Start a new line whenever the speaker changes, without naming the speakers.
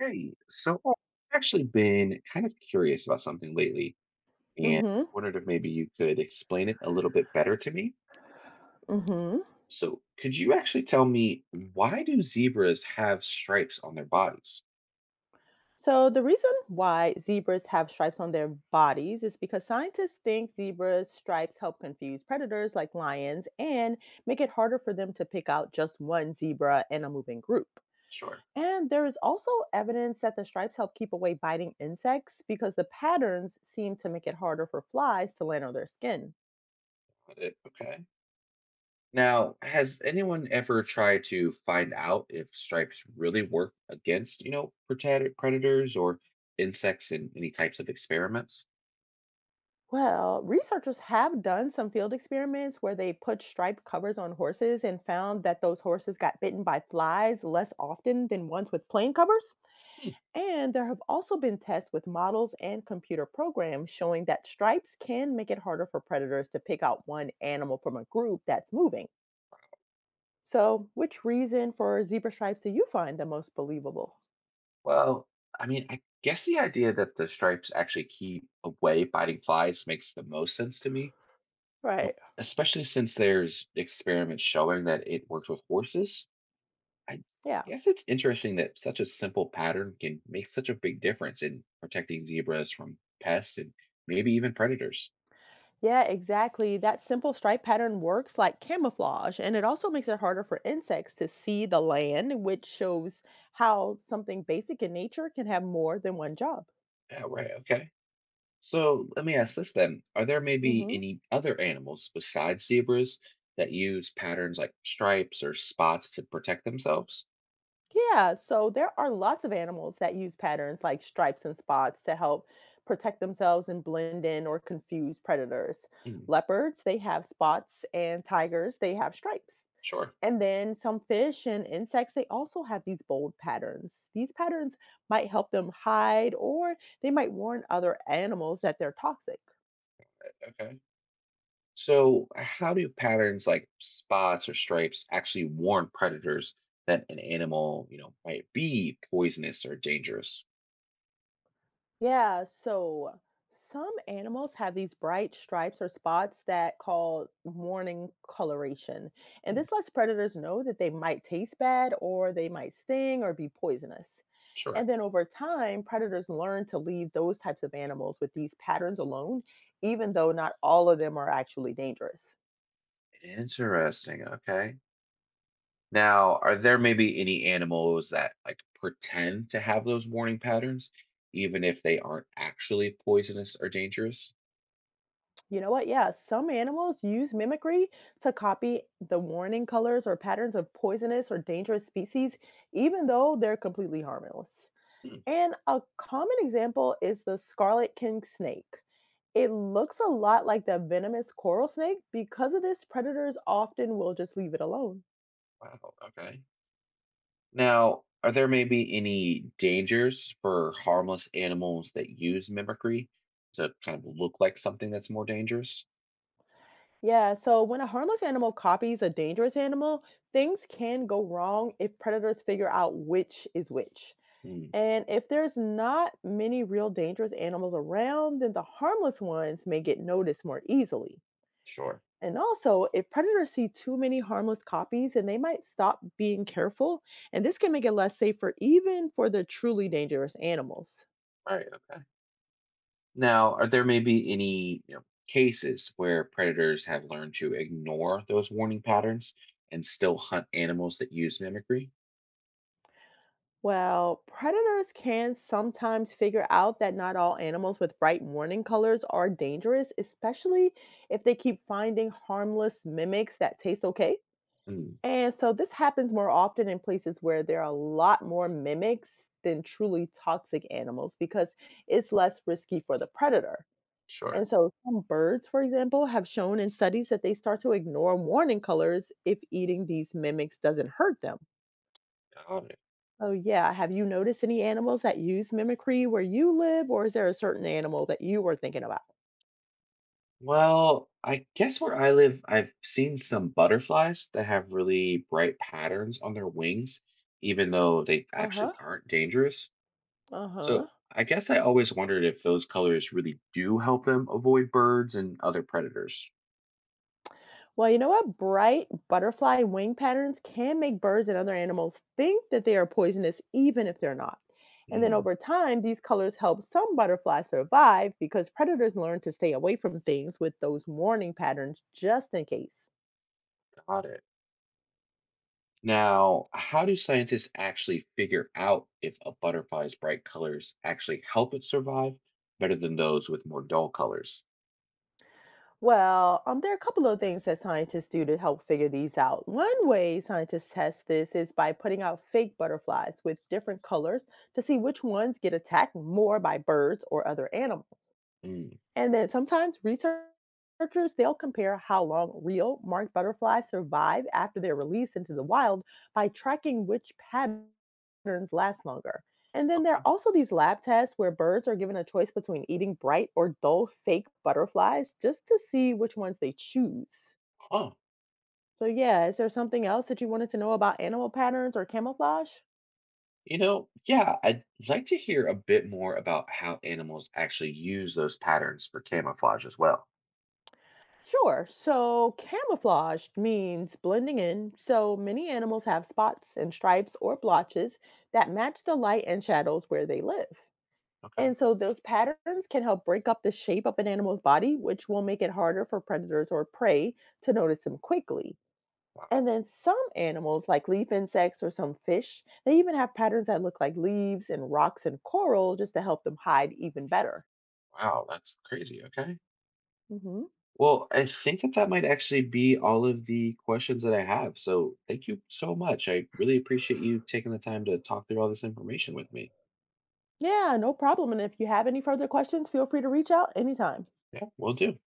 Hey, so I've actually been kind of curious about something lately and
Mm-hmm.
wondered if maybe you could explain it a little bit better to me.
Mm-hmm.
So, could you actually tell me, why do zebras have stripes on their bodies?
So the reason why zebras have stripes on their bodies is because scientists think zebras' stripes help confuse predators like lions and make it harder for them to pick out just one zebra in a moving group.
Sure.
And there is also evidence that the stripes help keep away biting insects because the patterns seem to make it harder for flies to land on their skin.
Got it. Okay. Now, has anyone ever tried to find out if stripes really work against, predators or insects in any types of experiments?
Well, researchers have done some field experiments where they put striped covers on horses and found that those horses got bitten by flies less often than ones with plain covers. And there have also been tests with models and computer programs showing that stripes can make it harder for predators to pick out one animal from a group that's moving. So, which reason for zebra stripes do you find the most believable?
Well, I guess the idea that the stripes actually keep away biting flies makes the most sense to me, you know,
Right.
especially since there's experiments showing that it works with horses. I
Yeah.
guess it's interesting that such a simple pattern can make such a big difference in protecting zebras from pests and maybe even predators.
Yeah, exactly. That simple stripe pattern works like camouflage, and it also makes it harder for insects to see the land, which shows how something basic in nature can have more than one job.
Yeah, right. Okay. So let me ask this then. Are there maybe
Hmm.
any other animals besides zebras that use patterns like stripes or spots to protect themselves?
Yeah, so there are lots of animals that use patterns like stripes and spots to help protect themselves and blend in or confuse predators.
Hmm.
Leopards, they have spots, and tigers, they have stripes.
Sure.
And then some fish and insects, they also have these bold patterns. These patterns might help them hide or they might warn other animals that they're toxic.
Okay. So, how do patterns like spots or stripes actually warn predators that an animal, you know, might be poisonous or dangerous?
Yeah, so some animals have these bright stripes or spots that call warning coloration. And
Mm,
this lets predators know that they might taste bad or they might sting or be poisonous.
sure.
And then over time, predators learn to leave those types of animals with these patterns alone, even though not all of them are actually dangerous.
Interesting. Okay. Now, are there maybe any animals that like pretend to have those warning patterns, even if they aren't actually poisonous or dangerous?
You know what? Yeah, some animals use mimicry to copy the warning colors or patterns of poisonous or dangerous species, even though they're completely harmless.
Hmm.
And a common example is the scarlet king snake. It looks a lot like the venomous coral snake. Because of this, predators often will just leave it alone.
Wow. Okay. Now, are there maybe any dangers for harmless animals that use mimicry to kind of look like something that's more dangerous?
Yeah, so when a harmless animal copies a dangerous animal, things can go wrong if predators figure out which is which.
Mm,
And if there's not many real dangerous animals around, then the harmless ones may get noticed more easily.
sure.
And also, if predators see too many harmless copies, then they might stop being careful, and this can make it less safer even for the truly dangerous animals.
All right. Okay. Now, are there maybe any cases where predators have learned to ignore those warning patterns and still hunt animals that use mimicry?
Well, predators can sometimes figure out that not all animals with bright warning colors are dangerous, especially if they keep finding harmless mimics that taste okay.
Mm,
And so this happens more often in places where there are a lot more mimics than truly toxic animals because it's less risky for the predator.
sure.
And so some birds, for example, have shown in studies that they start to ignore warning colors if eating these mimics doesn't hurt them.
Got it.
Oh, yeah. Have you noticed any animals that use mimicry where you live, or is there a certain animal that you were thinking about?
Well, I guess where I live, I've seen some butterflies that have really bright patterns on their wings, even though they
Uh
actually
huh.
aren't dangerous.
Uh huh.
So I guess I always wondered if those colors really do help them avoid birds and other predators.
Well, you know what? Bright butterfly wing patterns can make birds and other animals think that they are poisonous, even if they're not. And then
Mm,
over time, these colors help some butterflies survive because predators learn to stay away from things with those warning patterns just in case.
got it. Now, how do scientists actually figure out if a butterfly's bright colors actually help it survive better than those with more dull colors?
Well, there are a couple of things that scientists do to help figure these out. One way scientists test this is by putting out fake butterflies with different colors to see which ones get attacked more by birds or other animals.
Mm,
And then sometimes researchers they'll compare how long real marked butterflies survive after they're released into the wild by tracking which patterns last longer. And then there
okay.
are also these lab tests where birds are given a choice between eating bright or dull fake butterflies just to see which ones they choose.
Huh.
So yeah, is there something else that you wanted to know about animal patterns or camouflage?
Yeah, I'd like to hear a bit more about how animals actually use those patterns for camouflage as well.
Sure. So camouflage means blending in. So many animals have spots and stripes or blotches that match the light and shadows where they live.
Okay.
And so those patterns can help break up the shape of an animal's body, which will make it harder for predators or prey to notice them quickly.
Wow, that-
And then some animals, like leaf insects or some fish, they even have patterns that look like leaves and rocks and coral just to help them hide even better.
wow, that's crazy. Okay.
Mhm.
Well, I think that that might actually be all of the questions that I have. So thank you so much. I really appreciate you taking the time to talk through all this information with me.
Yeah, no problem. And if you have any further questions, feel free to reach out anytime.
Yeah, we'll do.